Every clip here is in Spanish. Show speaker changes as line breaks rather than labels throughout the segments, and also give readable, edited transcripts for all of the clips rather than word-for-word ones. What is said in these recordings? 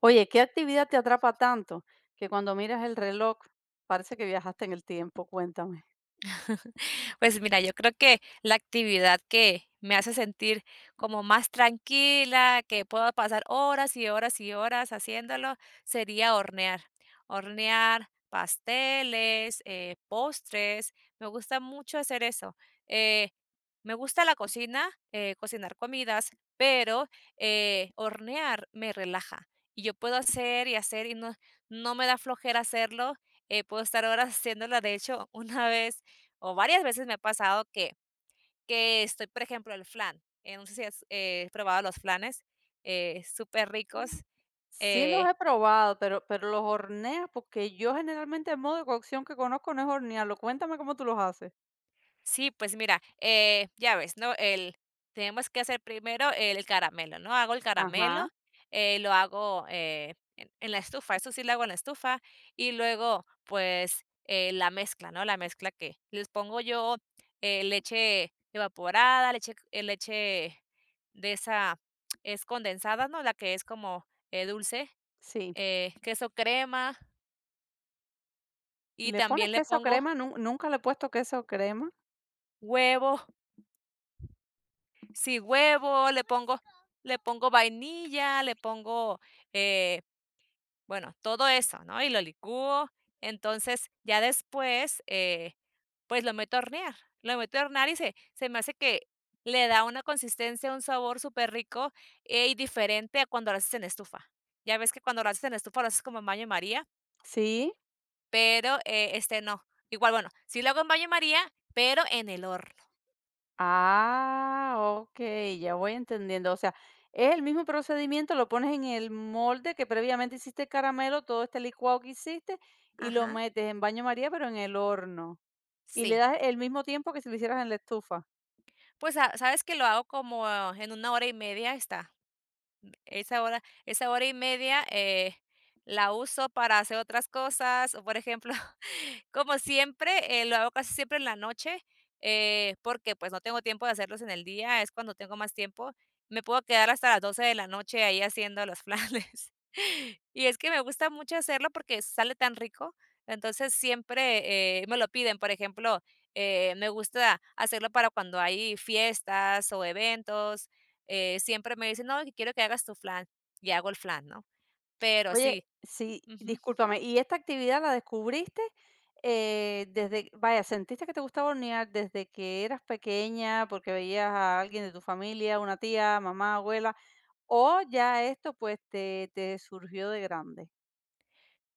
Oye, ¿qué actividad te atrapa tanto que cuando miras el reloj parece que viajaste en el tiempo? Cuéntame.
Pues mira, yo creo que la actividad que me hace sentir como más tranquila, que puedo pasar horas y horas y horas haciéndolo, sería hornear. Hornear pasteles, postres, me gusta mucho hacer eso. Eh, Me gusta la cocina, cocinar comidas, pero hornear me relaja. Y yo puedo hacer y hacer y no, no me da flojera hacerlo. Puedo estar horas haciéndolo. De hecho, una vez o varias veces me ha pasado que estoy, por ejemplo, el flan, no sé si has, probado los flanes, superricos,
Sí los
eh,
he probado, pero los horneas porque yo generalmente el modo de cocción que conozco no es hornearlo. Cuéntame cómo tú los haces.
sí, pues mira, ya ves, ¿no? Tenemos que hacer primero el caramelo, ¿no? Hago el caramelo,
Ajá,
lo hago en la estufa, eso sí lo hago en la estufa, y luego, pues, la mezcla, ¿no? La mezcla que les pongo yo leche evaporada, leche, leche de esa, es condensada, ¿no? La que es como dulce,
sí.
queso crema, y
¿Le pones
también le
queso
pongo
crema? Nunca le he puesto queso crema.
huevo, sí, huevo, le pongo vainilla, le pongo, eh, bueno, todo eso, ¿no? Y lo licúo. Entonces, ya después, pues lo meto a hornear. Lo meto a hornear y se me hace que le da una consistencia, un sabor superrico, y diferente a cuando lo haces en estufa. Ya ves que cuando lo haces en estufa lo haces como en baño María,
Sí.
pero, este no. Igual, bueno, sí lo hago en baño María, pero en el horno.
Ah, okey, ya voy entendiendo. O sea, es el mismo procedimiento, lo pones en el molde que previamente hiciste el caramelo, todo este licuado que hiciste, y lo
Ajá,
metes en baño María, pero en el horno. Y le
sí.
das el mismo tiempo que si lo hicieras en la estufa.
Pues, sa sabes que lo hago como en 1 hora y media está. Esa 1 hora y media, la uso para hacer otras cosas, o, por ejemplo. Como siempre, lo hago casi siempre en la noche, porque, pues, no tengo tiempo de hacerlos en el día, es cuando tengo más tiempo. Me puedo quedar hasta las 12 de la noche ahí haciendo los flanes. Y es que me gusta mucho hacerlo porque sale tan rico, entonces siempre, me lo piden. Por ejemplo, me gusta hacerlo para cuando hay fiestas o eventos, siempre me dicen: "No, que quiero que hagas tu flan", y hago el flan, ¿no? Pero
Oye,
sí.
sí, discúlpame, ¿y esta actividad la descubriste, desde vaya, sentiste que te gustaba hornear desde que eras pequeña, porque veías a alguien de tu familia, una tía, mamá, abuela, o ya esto, pues, te surgió de grande?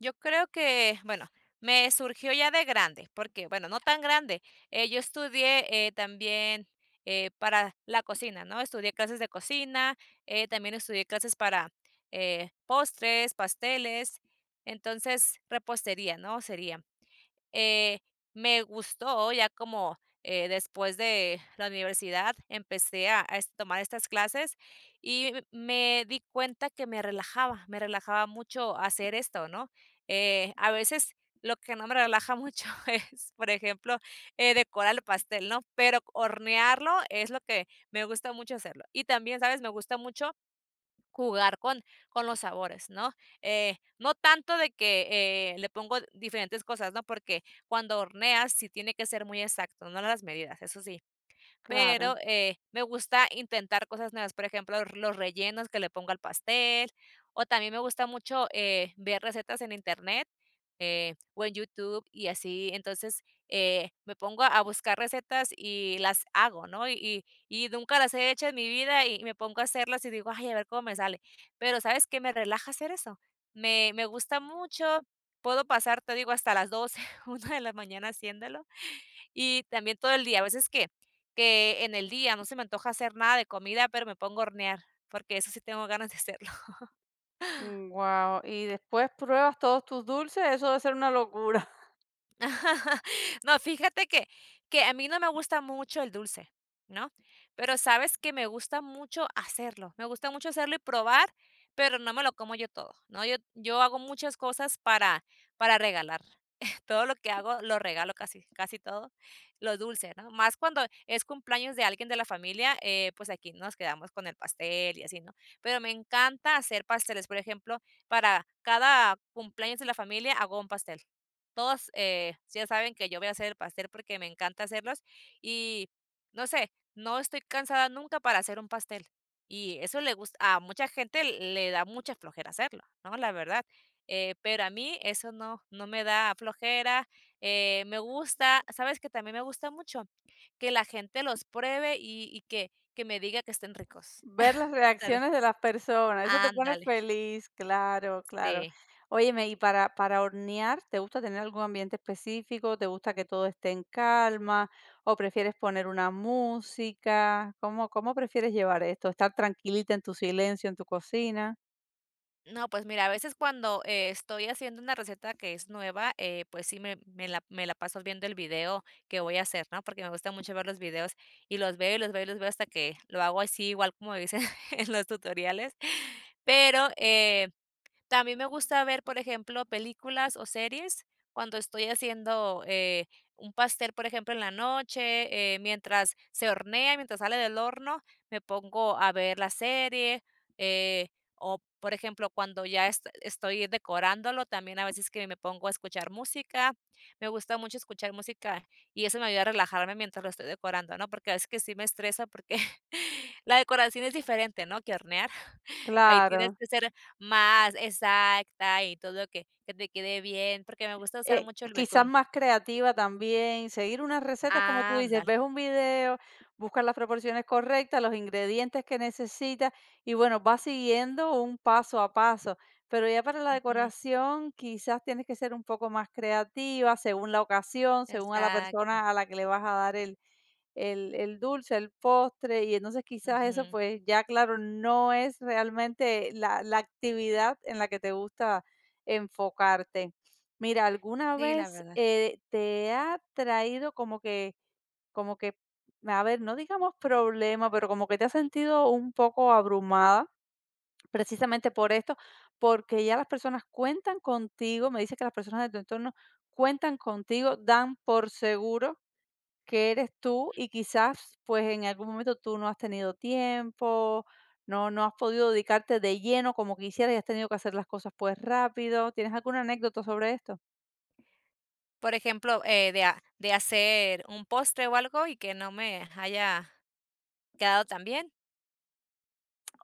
Yo creo que, bueno, me surgió ya de grande, porque, bueno, no tan grande. Yo estudié también para la cocina, ¿no? Estudié clases de cocina, también estudié clases para postres, pasteles, entonces repostería, ¿no? Sería. Eh, Me gustó ya como, después de la universidad empecé a tomar estas clases y me di cuenta que me relajaba mucho hacer esto, ¿no? A veces lo que no me relaja mucho es, por ejemplo, decorar el pastel, ¿no? Pero hornearlo es lo que me gusta mucho hacerlo. Y también, ¿sabes? Me gusta mucho jugar con los sabores, ¿no? No tanto de que, le pongo diferentes cosas, ¿no? Porque cuando horneas sí tiene que ser muy exacto, ¿no? Las medidas, eso sí,
Claro.
pero, me gusta intentar cosas nuevas, por ejemplo, los rellenos que le pongo al pastel, o también me gusta mucho, ver recetas en Internet, o en YouTube y así. Entonces, me pongo a buscar recetas y las hago, ¿no? Y nunca las he hecho en mi vida y me pongo a hacerlas y digo: "Ay, a ver cómo me sale". Pero, ¿sabes qué? Me relaja hacer eso. Me gusta mucho, puedo pasar, te digo, hasta las 12, 1 de la mañana haciéndolo y también todo el día. A veces que en el día no se me antoja hacer nada de comida, pero me pongo a hornear, porque eso sí tengo ganas de hacerlo.
Wow. Y después pruebas todos tus dulces, eso debe ser una locura.
No, fíjate que a mí no me gusta mucho el dulce, ¿no? Pero sabes que me gusta mucho hacerlo, me gusta mucho hacerlo y probar, pero no me lo como yo todo, ¿no? Yo hago muchas cosas para regalar. Todo lo que hago lo regalo casi casi todo, lo dulce, ¿no? Más cuando es cumpleaños de alguien de la familia, pues aquí nos quedamos con el pastel y así, ¿no? Pero me encanta hacer pasteles, por ejemplo, para cada cumpleaños de la familia hago un pastel. Todos, sí ya saben que yo voy a hacer el pastel porque me encanta hacerlos y no sé, no estoy cansada nunca para hacer un pastel. Y eso le gusta a mucha gente, le da mucha flojera hacerlo, ¿no? La verdad. Pero a mí eso no, no me da flojera, me gusta, ¿sabes que también me gusta mucho? Que la gente los pruebe y que me diga que estén ricos.
Ver las
¿Sabes?
reacciones de las personas, eso te pone
Ándale,
feliz, claro, claro.
sí.
Óyeme, y para hornear, ¿te gusta tener algún ambiente específico? ¿Te gusta que todo esté en calma? ¿O prefieres poner una música? ¿Cómo, cómo prefieres llevar esto? ¿Estar tranquilita en tu silencio, en tu cocina?
No, pues mira, a veces cuando, estoy haciendo una receta que es nueva, pues sí me me la paso viendo el video que voy a hacer, ¿no? Porque me gusta mucho ver los videos, y los veo, y los veo, y los veo hasta que lo hago así, igual como dicen en los tutoriales. Pero, también me gusta ver, por ejemplo, películas o series cuando estoy haciendo, un pastel, por ejemplo, en la noche, mientras se hornea, mientras sale del horno, me pongo a ver la serie, eh, o, por ejemplo, cuando ya estoy decorándolo, también a veces que me pongo a escuchar música. Me gusta mucho escuchar música y eso me ayuda a relajarme mientras lo estoy decorando, ¿no? Porque a veces que sí me estresa porque la decoración es diferente, ¿no?, que hornear. Ahí tienes
Claro.
que ser más, exacta, y todo que te quede bien, porque me gusta usar mucho el
Quizás
betún.
más creativa también, seguir unas recetas, como tú dices,
Ándale,
ves un video, buscas las proporciones correctas, los ingredientes que necesitas y bueno, vas siguiendo un paso a paso. Pero ya para la
ujú,
decoración quizás tienes que ser un poco más creativa según la ocasión, según a la
exacto,
persona a la que le vas a dar el, el dulce, el postre, y entonces quizás eso,
ujú.
pues ya claro, no es realmente la actividad en la que te gusta enfocarte. Mira, ¿alguna
Sí, la
vez,
verdad.
te ha traído como que, a ver, no digamos problema, pero como que te has sentido un poco abrumada precisamente por esto? Porque ya las personas cuentan contigo, me dice que las personas de tu entorno cuentan contigo, dan por seguro que eres tú y quizás pues en algún momento tú no has tenido tiempo, no, no has podido dedicarte de lleno como quisieras y has tenido que hacer las cosas pues rápido. ¿Tienes alguna anécdota sobre esto?
Por ejemplo, de ha de hacer un postre o algo y que no me haya quedado tan bien.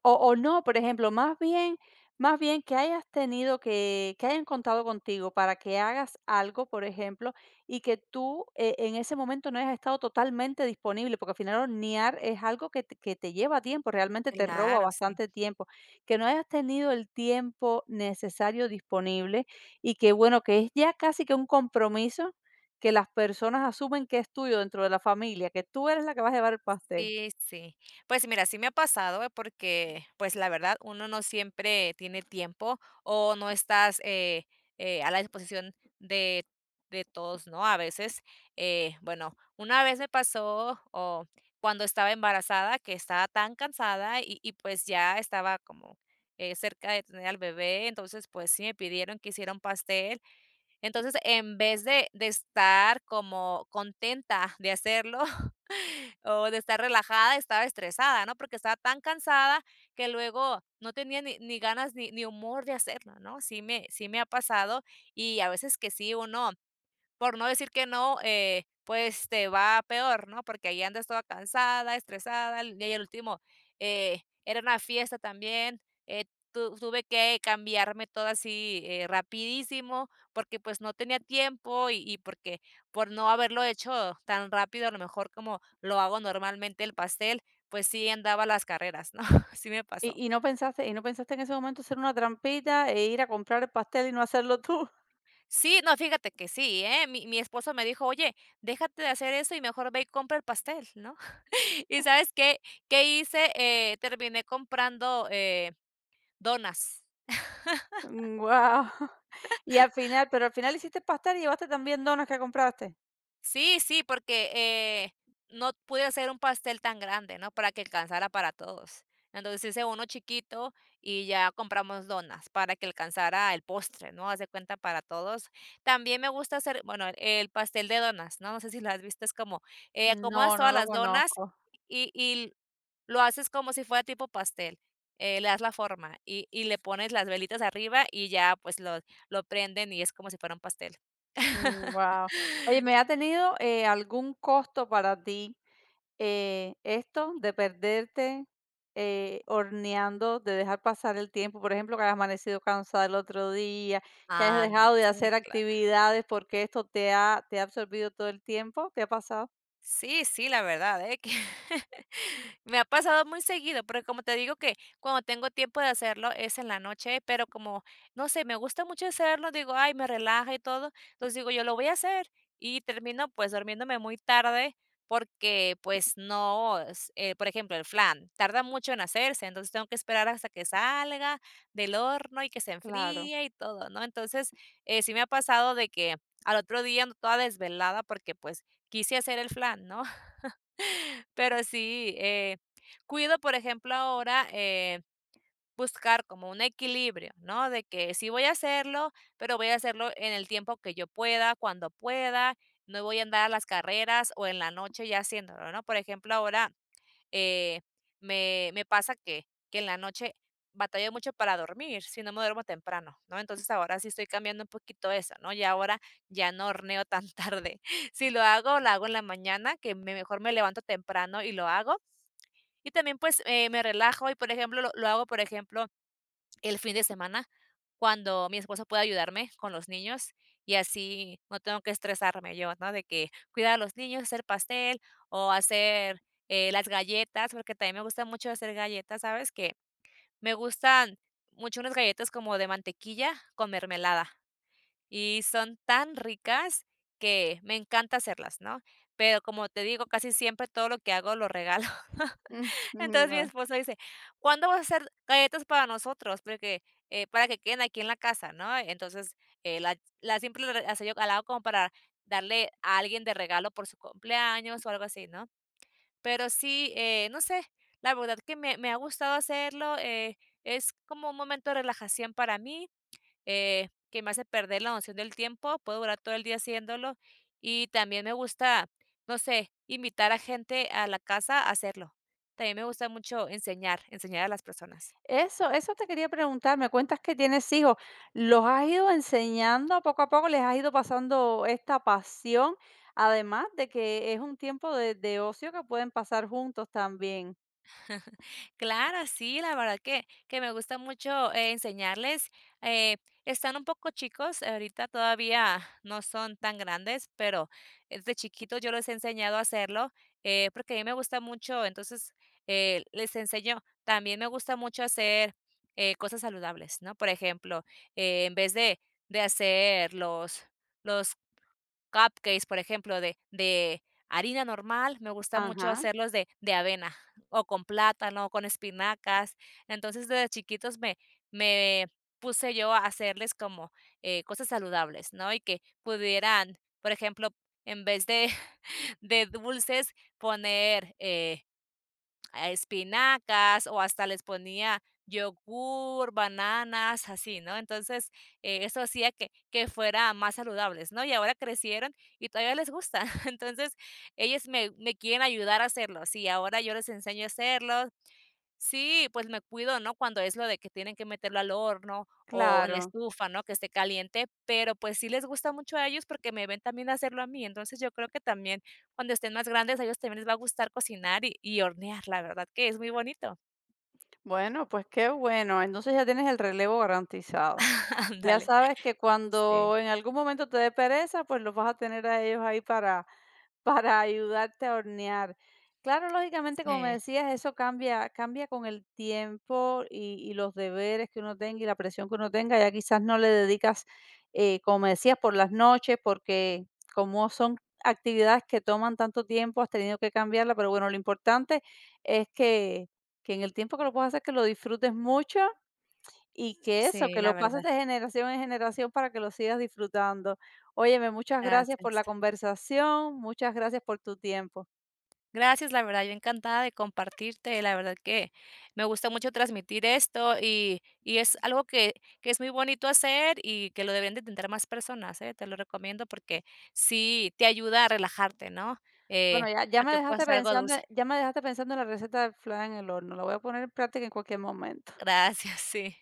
O no, por ejemplo, más bien que hayas tenido que hayan contado contigo para que hagas algo, por ejemplo, y que tú, en ese momento no hayas estado totalmente disponible, porque al final hornear es algo que te lleva tiempo, realmente te roba
Claro, sí.
bastante tiempo, que no hayas tenido el tiempo necesario disponible y que, bueno, que es ya casi que un compromiso que las personas asumen que es tuyo dentro de la familia, que tú eres la que vas a llevar el pastel.
Sí, sí. Pues mira, sí me ha pasado, porque, pues, la verdad, uno no siempre tiene tiempo o no estás, a la disposición de de todos, ¿no? A veces, bueno, una vez me pasó, o cuando estaba embarazada, que estaba tan cansada y, pues, ya estaba como, cerca de tener al bebé, entonces, pues, sí me pidieron que hiciera un pastel, entonces, en vez de estar como contenta de hacerlo, o de estar relajada, estaba estresada, ¿no? Porque estaba tan cansada que luego no tenía ni ganas ni humor de hacerlo, ¿no? Sí me ha pasado, y a veces que sí uno por no decir que no, pues te va peor, ¿no? Porque ahí andas toda cansada, estresada, y el último, era una fiesta también, eh, tuve que cambiarme todo así rapidísimo porque pues no tenía tiempo y porque por no haberlo hecho tan rápido, a lo mejor como lo hago normalmente el pastel, pues sí andaba a las carreras, ¿no? Sí me pasó.
Y no pensaste en ese momento hacer una trampita e ir a comprar el pastel y no hacerlo tú?
Sí, no, fíjate que sí, ¿eh? Mi esposo me dijo, oye, déjate de hacer eso y mejor ve y compra el pastel, ¿no? ¿Y sabes qué? ¿Qué hice? Terminé comprando, donas.
Wow. Y al final pero al final hiciste el pastel y llevaste también donas que compraste.
Sí, sí, porque, no pude hacer un pastel tan grande, ¿no? Para que alcanzara para todos. Entonces hice uno chiquito y ya compramos donas para que alcanzara el postre, ¿no? Haz de cuenta para todos. También me gusta hacer, bueno, el pastel de donas, ¿no? No sé si lo has visto, es como, acomodas
No, no
todas
lo
las donas
conozco.
y lo haces como si fuera tipo pastel, le das la forma y le pones las velitas arriba y ya, pues, lo prenden y es como si fuera un pastel.
Wow. Oye, ¿me ¿ha tenido, algún costo para ti, esto de perderte, horneando, de dejar pasar el tiempo? Por ejemplo, que hayas amanecido cansada el otro día, que hayas
Ándale,
dejado de
sí.
hacer actividades porque esto te ha absorbido todo el tiempo, ¿te ha pasado?
Sí, sí, la verdad, ¿eh? Que me ha pasado muy seguido, porque como te digo que cuando tengo tiempo de hacerlo es en la noche, pero como, no sé, me gusta mucho hacerlo, digo, ay, me relaja y todo, entonces digo, yo lo voy a hacer y termino pues durmiéndome muy tarde porque pues no, por ejemplo, el flan tarda mucho en hacerse, entonces tengo que esperar hasta que salga del horno y que se
Claro.
enfríe y todo, ¿no? Entonces, sí me ha pasado de que al otro día ando toda desvelada porque pues quise hacer el flan, ¿no? Pero sí, cuido, por ejemplo, ahora buscar como un equilibrio, ¿no? De que sí voy a hacerlo, pero voy a hacerlo en el tiempo que yo pueda, cuando pueda, no voy a andar a las carreras o en la noche ya haciéndolo, ¿no? Por ejemplo, ahora eh, me pasa que en la noche batallo mucho para dormir, si no me duermo temprano, ¿no? Entonces, ahora sí estoy cambiando un poquito eso, ¿no?, y ahora ya no horneo tan tarde. Si lo hago, lo hago en la mañana, que me mejor me levanto temprano y lo hago. Y también, pues, me relajo y, por ejemplo, lo hago, por ejemplo el fin de semana, cuando mi esposo pueda ayudarme con los niños y así no tengo que estresarme yo, ¿no? De que cuidar a los niños, hacer pastel o hacer, las galletas, porque también me gusta mucho hacer galletas, ¿sabes? Que me gustan mucho unas galletas como de mantequilla con mermelada y son tan ricas que me encanta hacerlas, ¿no? Pero como te digo, casi siempre todo lo que hago lo regalo.
Ujú,
Entonces mi
guau.
esposo dice: "¿Cuándo vas a hacer galletas para nosotros? Porque, para que queden aquí en la casa", ¿no? Entonces, la siempre la hacía yo al lado como para darle a alguien de regalo por su cumpleaños o algo así, ¿no? Pero sí, no sé, la verdad que me ha gustado hacerlo, es como un momento de relajación para mí, que me hace perder la noción del tiempo, puedo durar todo el día haciéndolo y también me gusta, no sé, invitar a gente a la casa a hacerlo. También me gusta mucho enseñar, enseñar a las personas.
Eso eso te quería preguntar, me cuentas que tienes hijos, ¿los has ido enseñando poco a poco? ¿Les has ido pasando esta pasión? Además de que es un tiempo de ocio que pueden pasar juntos también.
Claro, sí, la verdad que me gusta mucho, enseñarles, eh, están un poco chicos, ahorita todavía no son tan grandes, pero desde chiquitos yo les he enseñado a hacerlo, porque a mí me gusta mucho, entonces, les enseño. También me gusta mucho hacer, cosas saludables, ¿no? Por ejemplo, en vez de hacer los cupcakes, por ejemplo, de harina normal, me gusta mucho
Ajá,
hacerlos de avena, o con plátano, con espinacas. Entonces, desde chiquitos me puse yo a hacerles como, cosas saludables, ¿no? Y que pudieran, por ejemplo, en vez de de dulces, poner, ah, espinacas o hasta les ponía yogur, bananas, así, ¿no? Entonces, eso hacía que fuera más saludables, ¿no? Y ahora crecieron y todavía les gusta. Entonces, ellos me quieren ayudar a hacerlo. Sí, ahora yo les enseño a hacerlo, sí, pues me cuido, ¿no? Cuando es lo de que tienen que meterlo al horno o en la
claro.
estufa, ¿no? Que esté caliente, pero pues sí les gusta mucho a ellos porque me ven también hacerlo a mí. Entonces yo creo que también cuando estén más grandes a ellos también les va a gustar cocinar y hornear, la verdad que es muy bonito.
Bueno, pues qué bueno, entonces ya tienes el relevo garantizado. Ya
Ándale.
sabes que
Sí,
cuando en algún momento te dé pereza, pues los vas a tener a ellos ahí para ayudarte a hornear. Claro, lógicamente, como me
sí,
decías, eso cambia, cambia con el tiempo y los deberes que uno tenga y la presión que uno tenga. Ya quizás no le dedicas, como me decías, por las noches, porque como son actividades que toman tanto tiempo, has tenido que cambiarla, pero bueno, lo importante es que en el tiempo que lo puedas hacer, que lo disfrutes mucho y que eso,
sí,
que
la
lo pases
verdad.
de generación en generación para que lo sigas disfrutando. Óyeme, muchas gracias por
Gracias.
la conversación, muchas gracias por tu tiempo.
Gracias, la verdad, yo encantada de compartirte, la verdad que me gusta mucho transmitir esto y es algo que es muy bonito hacer y que lo deben de intentar más personas, ¿eh? Te lo recomiendo porque sí te ayuda a relajarte, ¿no? Eh,
Bueno, ya ya
a
me
que puedas
dejaste
hacer algo
pensando
dulce.
ya me dejaste pensando en la receta del flan en el horno, la voy a poner en práctica en cualquier momento.
Gracias, sí.